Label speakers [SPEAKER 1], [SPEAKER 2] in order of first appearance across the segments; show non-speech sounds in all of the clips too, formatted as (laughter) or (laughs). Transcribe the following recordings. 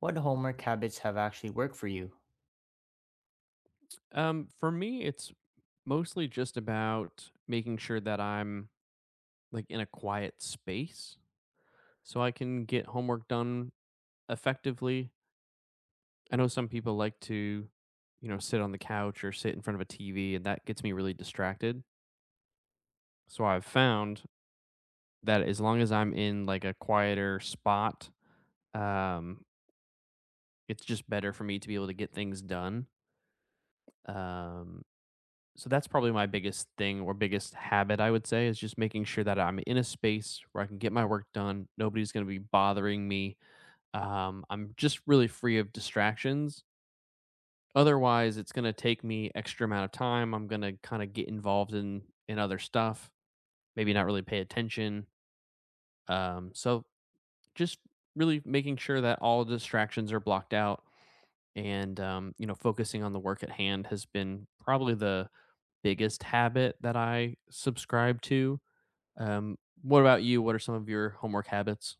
[SPEAKER 1] What homework habits have actually worked for you?
[SPEAKER 2] For me, it's mostly just about making sure that I'm like in a quiet space so I can get homework done effectively. I know some people like to, you know, sit on the couch or sit in front of a TV, and that gets me really distracted. So I've found that as long as I'm in like a quieter spot, um, it's just better for me to be able to get things done. Um, So that's probably my biggest thing or biggest habit, I would say, is just making sure that I'm in a space where I can get my work done. Nobody's going to be bothering me. I'm just really free of distractions. Otherwise, it's going to take me extra amount of time. I'm going to kind of get involved in other stuff, maybe not really pay attention. So just really making sure that all distractions are blocked out and you know, focusing on the work at hand has been probably the biggest habit that I subscribe to. um, what about you? What are some of your homework habits?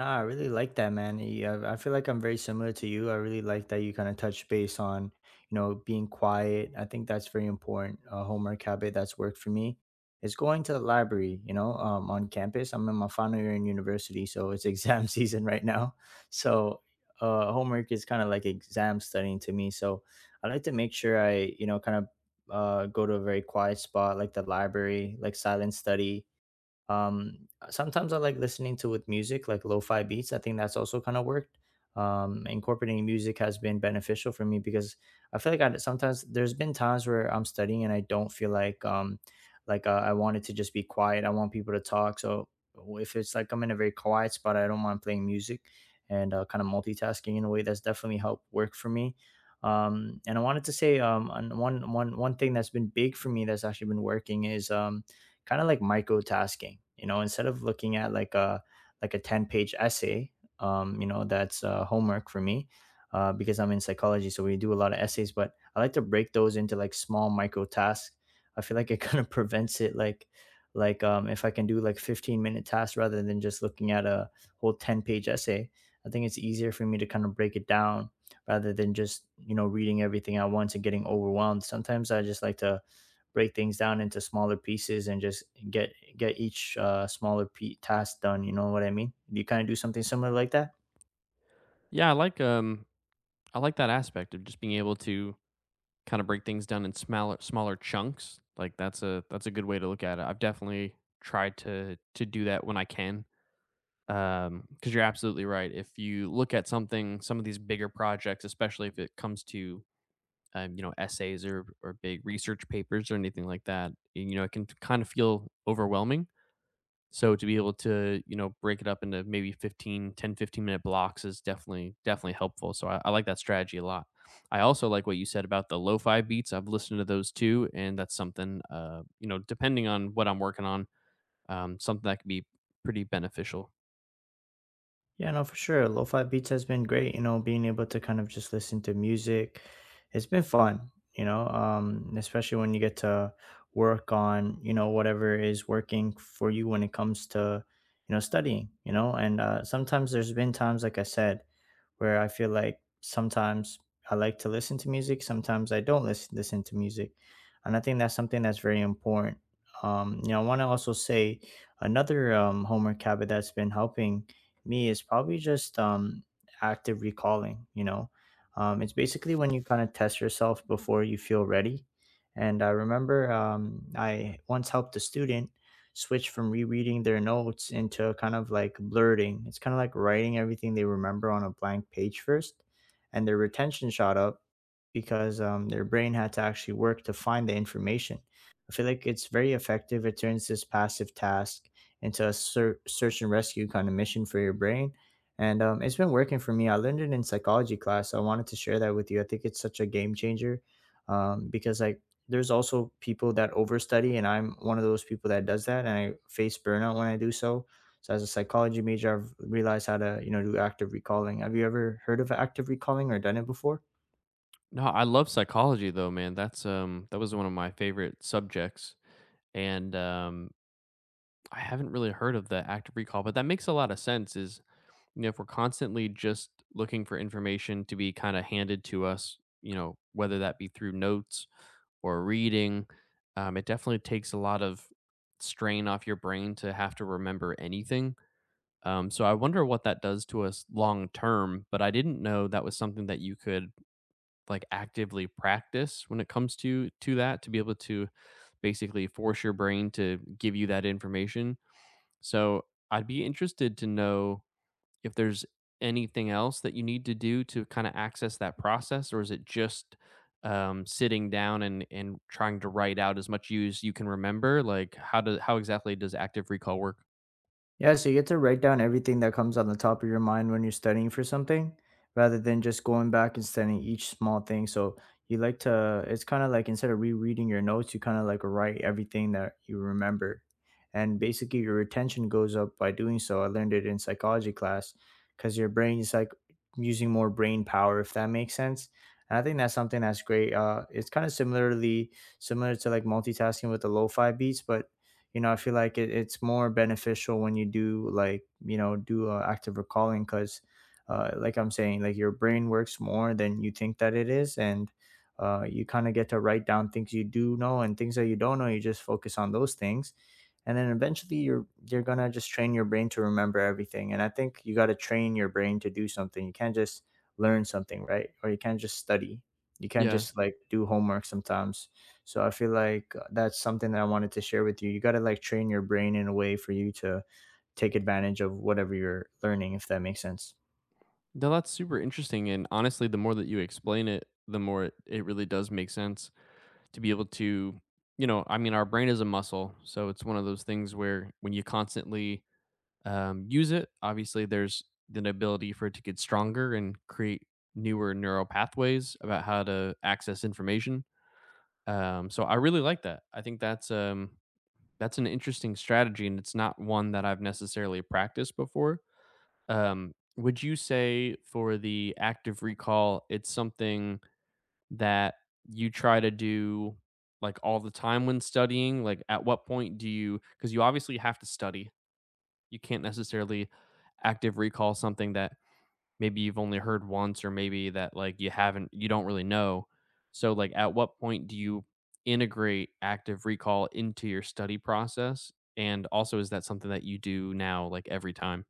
[SPEAKER 1] Ah, I really like that, man. Yeah, I feel like I'm very similar to you. I really like that you kind of touch base on, you know, being quiet. I think that's very important. A homework habit that's worked for me is going to the library, on campus. I'm in my final year in university, so it's exam (laughs) season right now. So homework is kind of like exam studying to me. So I like to make sure I, kind of go to a very quiet spot like the library, like silent study. Sometimes I like listening to with music, like lo-fi beats. I think that's also kind of worked. Incorporating music has been beneficial for me because I feel like I sometimes there's been times where I'm studying and I don't feel like I wanted to just be quiet. I want people to talk. So if it's like I'm in a very quiet spot, I don't mind playing music and kind of multitasking in a way that's definitely helped work for me. And I wanted to say one thing that's been big for me that's actually been working is kind of like microtasking, you know, instead of looking at like a 10-page essay, you know, that's homework for me, because I'm in psychology, so we do a lot of essays, but I like to break those into like small micro tasks. I feel like it (laughs) kind of prevents it, like if I can do like 15-minute tasks rather than just looking at a whole 10-page essay, I think it's easier for me to kind of break it down rather than just, you know, reading everything at once and getting overwhelmed. Sometimes I just like to break things down into smaller pieces and just get each smaller pe task done. You know what I mean? Do you kind of do something similar like that?
[SPEAKER 2] Yeah, I like I like that aspect of just being able to kind of break things down in smaller chunks. Like that's a good way to look at it. I've definitely tried to do that when I can, because you're absolutely right. If you look at something, some of these bigger projects, especially if it comes to, you know, essays or big research papers or anything like that. You know, it can kind of feel overwhelming. So to be able to, you know, break it up into maybe 15, 10, 15 minute blocks is definitely, definitely helpful. So I like that strategy a lot. I also like what you said about the lo-fi beats. I've listened to those too. And that's something, you know, depending on what I'm working on, something that can be pretty beneficial.
[SPEAKER 1] Yeah, no, for sure. Lo-fi beats has been great. You know, being able to kind of just listen to music, it's been fun. Especially when you get to work on, you know, whatever is working for you when it comes to, you know, studying. You know, and sometimes there's been times, like I said, where I feel like sometimes I like to listen to music, sometimes I don't listen to music, and I think that's something that's very important. You know, I want to also say another homework habit that's been helping me is probably just active recalling. You know, it's basically when you kind of test yourself before you feel ready. And I remember I once helped a student switch from rereading their notes into kind of like blurting. It's kind of like writing everything they remember on a blank page first, and their retention shot up because their brain had to actually work to find the information. I feel like it's very effective. It turns this passive task into a search and rescue kind of mission for your brain. And it's been working for me. I learned it in psychology class. I wanted to share that with you. I think it's such a game changer because, like, there's also people that overstudy, and I'm one of those people that does that, and I face burnout when I do so. So as a psychology major, I've realized how to, you know, do active recalling. Have you ever heard of active recalling or done it before?
[SPEAKER 2] No, I love psychology though, man. That's that was one of my favorite subjects. And I haven't really heard of the active recall, but that makes a lot of sense. Is, you know, if we're constantly just looking for information to be kind of handed to us, you know, whether that be through notes or reading, it definitely takes a lot of strain off your brain to have to remember anything. So I wonder what that does to us long term. But I didn't know that was something that you could like actively practice when it comes to that, to be able to basically force your brain to give you that information. So I'd be interested to know if there's anything else that you need to do to kind of access that process, or is it just, sitting down and trying to write out as much use you can remember? Like, how does how exactly does active recall work?
[SPEAKER 1] Yeah, so you get to write down everything that comes on the top of your mind when you're studying for something, rather than just going back and studying each small thing. So you like to, it's kind of like instead of rereading your notes, you kind of like write everything that you remember. And basically, your retention goes up by doing so. I learned it in psychology class because your brain is like using more brain power, if that makes sense. And I think that's something that's great. It's kind of similar to like multitasking with the lo-fi beats, but you know, I feel like it's more beneficial when you do, like, you know, do active recalling, because like I'm saying, like, your brain works more than you think that it is, and you kind of get to write down things you do know and things that you don't know. You just focus on those things, and then eventually you're gonna just train your brain to remember everything. And I think you got to train your brain to do something. You can't just learn something right, or you can't just study, you can't
[SPEAKER 2] Yeah.
[SPEAKER 1] just like do homework sometimes. So I feel like that's something that I wanted to share with you. You got to like train your brain in a way for you to take advantage of whatever you're learning, if that makes sense.
[SPEAKER 2] No, that's super interesting. And honestly, the more that you explain it, the more it really does make sense, to be able to, you know, I mean, our brain is a muscle. So it's one of those things where when you constantly use it. Obviously, there's an ability for it to get stronger and create newer neural pathways about how to access information. So I really like that. I think that's an interesting strategy, and it's not one that I've necessarily practiced before. Would you say for the active recall, it's something that you try to do like all the time when studying? Like, at what point do you? Because you obviously have to study, you can't necessarily active recall something that maybe you've only heard once or maybe that like you haven't, you don't really know. So like at what point do you integrate active recall into your study process? And also, is that something that you do now like every time?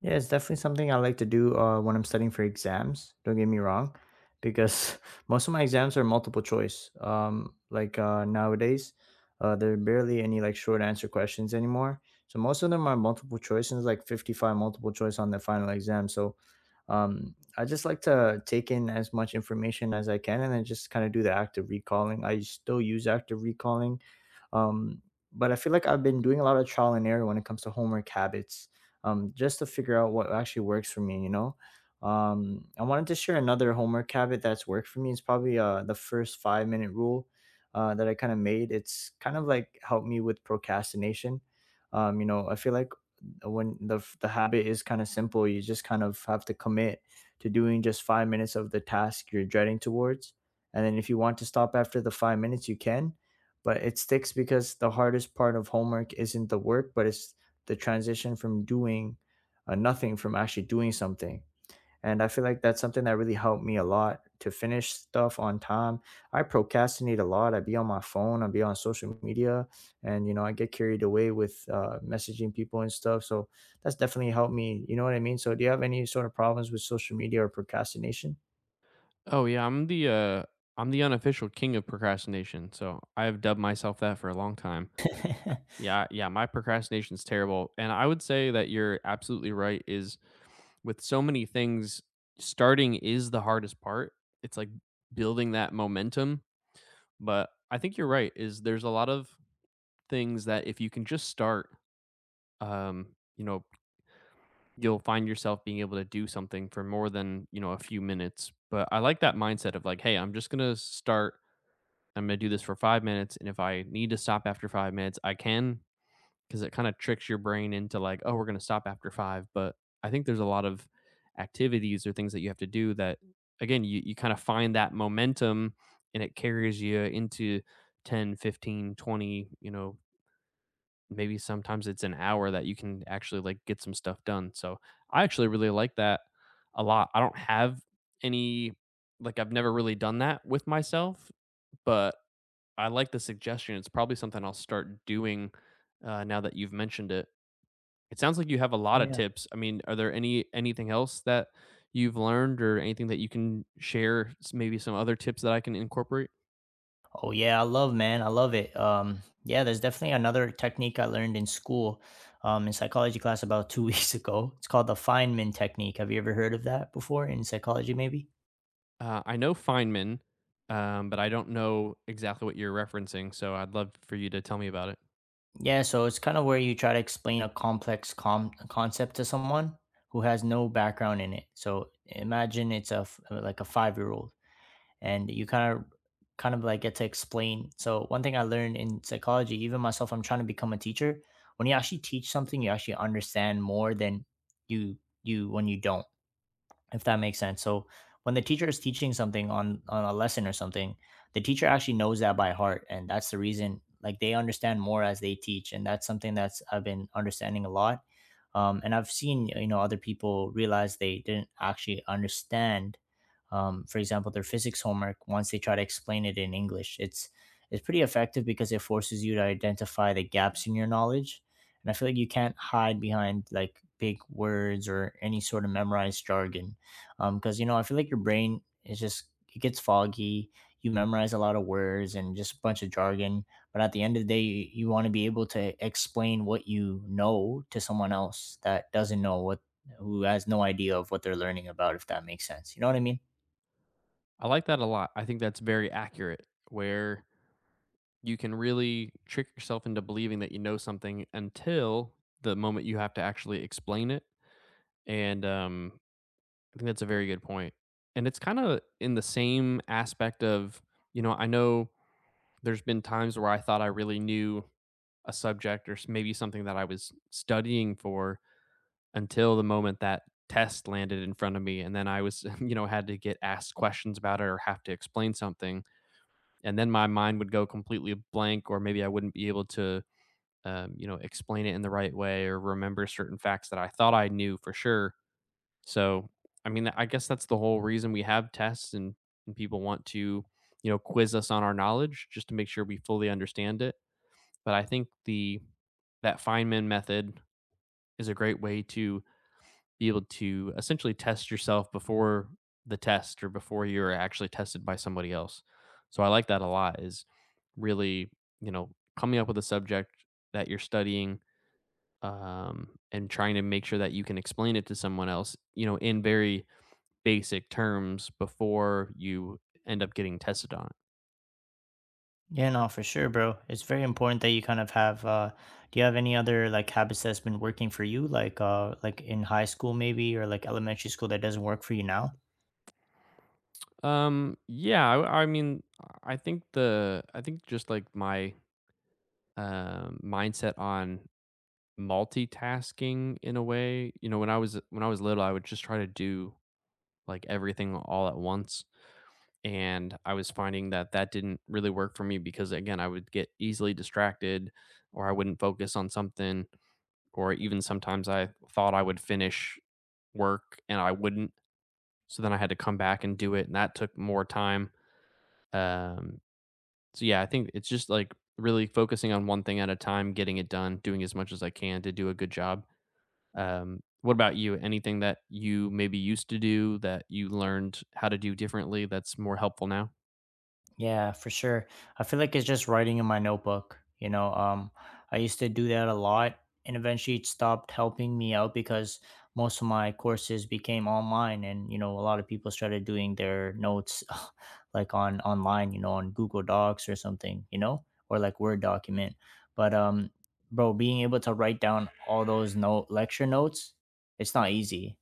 [SPEAKER 1] Yeah, it's definitely something I like to do when I'm studying for exams. Don't get me wrong, because (laughs) most of my exams are multiple choice. Nowadays, there are barely any like short answer questions anymore. So most of them are multiple choice, and it's like 55 multiple choice on the final exam. So I just like to take in as much information as I can, and then just kind of do the active recalling. I still use active recalling, um, but I feel like I've been doing a lot of trial and error when it comes to homework habits, just to figure out what actually works for me, you know? I wanted to share another homework habit that's worked for me. It's probably the first 5 minute rule that I kind of made. It's kind of like helped me with procrastination. You know, I feel like the habit is kind of simple. You just kind of have to commit to doing just 5 minutes of the task you're dreading towards. And then if you want to stop after the 5 minutes, you can. But it sticks because the hardest part of homework isn't the work, but it's the transition from doing nothing from actually doing something. And I feel like that's something that really helped me a lot to finish stuff on time. I procrastinate a lot. I be on my phone. I be on social media, and you know, I get carried away with messaging people and stuff. So that's definitely helped me. You know what I mean? So do you have any sort of problems with social media or procrastination?
[SPEAKER 2] Oh yeah, I'm the unofficial king of procrastination. So I have dubbed myself that for a long time.
[SPEAKER 1] (laughs)
[SPEAKER 2] Yeah, yeah, my procrastination's terrible. And I would say that you're absolutely right. Is, with so many things, starting is the hardest part. It's like building that momentum. But I think you're right. Is there's a lot of things that if you can just start, you know, you'll find yourself being able to do something for more than you know a few minutes. But I like that mindset of like, hey, I'm just gonna start. I'm gonna do this for 5 minutes, and if I need to stop after 5 minutes, I can. Because it kind of tricks your brain into like, oh, we're going to stop after five. But I think there's a lot of activities or things that you have to do that, again, you kind of find that momentum and it carries you into 10, 15, 20. You know, maybe sometimes it's an hour that you can actually like get some stuff done. So I actually really like that a lot. I don't have any, like, I've never really done that with myself, but I like the suggestion. It's probably something I'll start doing now that you've mentioned it. It sounds like you have a lot of
[SPEAKER 1] Yeah.
[SPEAKER 2] tips. I mean, are there any anything else that you've learned or anything that you can share? Maybe some other tips that I can incorporate.
[SPEAKER 1] Oh yeah, I love, man, I love it. Yeah, there's definitely another technique I learned in school, in psychology class about two (laughs) weeks ago. It's called the Feynman technique. Have you ever heard of that before in psychology, maybe?
[SPEAKER 2] I know Feynman, but I don't know exactly what you're referencing. So I'd love for you to tell me about it.
[SPEAKER 1] Yeah, so it's kind of where you try to explain a concept to someone who has no background in it. So imagine it's like a 5 year old, and you kind of like get to explain. So one thing I learned in psychology, even myself, I'm trying to become a teacher. When you actually teach something, you actually understand more than you you when you don't, if that makes sense. So when the teacher is teaching something on a lesson or something, the teacher actually knows that by heart, and that's the reason like they understand more as they teach, and that's something that's I've been understanding a lot. And I've seen, you know, other people realize they didn't actually understand, for example, their physics homework once they try to explain it in English. It's pretty effective because it forces you to identify the gaps in your knowledge, and I feel like you can't hide behind like big words or any sort of memorized jargon. Because, you know, I feel like your brain is just it gets foggy. You memorize a lot of words and just a bunch of jargon, but at the end of the day, you want to be able to explain what you know to someone else that doesn't know what who has no idea of what they're learning about, if that makes sense. You know what I mean?
[SPEAKER 2] I like that a lot. I think that's very accurate. Where you can really trick yourself into believing that you know something until the moment you have to actually explain it. And I think that's a very good point. And it's kind of in the same aspect of, you know, I know there's been times where I thought I really knew a subject or maybe something that I was studying for, until the moment that test landed in front of me. And then I was, (laughs) you know, had to get asked questions about it or have to explain something. And then my mind would go completely blank, or maybe I wouldn't be able to, you know, explain it in the right way or remember certain facts that I thought I knew for sure. So, I mean, I guess that's the whole reason we have tests, and people want to, you know, quiz us on our knowledge just to make sure we fully understand it. But I think the that Feynman method is a great way to be able to essentially test yourself before the test, or before you're actually tested by somebody else. So I like that a lot, is really, you know, coming up with a subject that you're studying, and trying to make sure that you can explain it to someone else, you know, in very basic terms, before you end up getting tested on it.
[SPEAKER 1] Yeah, no, for sure, bro. It's very important that you kind of have do you have any other like habits that's been working for you like in high school maybe or like elementary school that doesn't work for you now?
[SPEAKER 2] Yeah, I mean, I think the I think just like my mindset on multitasking in a way. You know, when I was little, I would just try to do like everything all at once, and I was finding that that didn't really work for me, because again, I would get easily distracted, or I wouldn't focus on something, or even sometimes I thought I would finish work and I wouldn't. So then I had to come back and do it, and that took more time. Um, so yeah, I think it's just like really focusing on one thing at a time, getting it done, doing as much as I can to do a good job. What about you? Anything that you maybe used to do that you learned how to do differently that's more helpful now?
[SPEAKER 1] Yeah, for sure. I feel like it's just writing in my notebook. I used to do that a lot, and eventually it stopped helping me out because most of my courses became online, and you know, a lot of people started doing their notes (laughs) like on online, you know, on Google Docs or something, you know, or like Word document. But bro, being able to write down all those note lecture notes, it's not easy.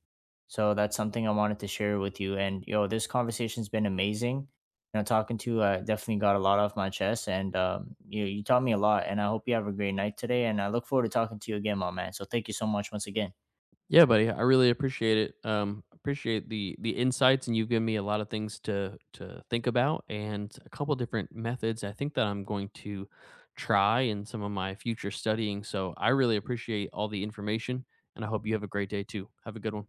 [SPEAKER 1] So that's something I wanted to share with you. And yo, this conversation's been amazing. You know, talking to you, I definitely got a lot off my chest, and you taught me a lot. And I hope you have a great night today. And I look forward to talking to you again, my man. So thank you so much once again.
[SPEAKER 2] Yeah, buddy. I really appreciate it. Appreciate the insights, and you've given me a lot of things to think about, and a couple different methods. I think that I'm going to try in some of my future studying. So I really appreciate all the information, and I hope you have a great day too. Have a good one.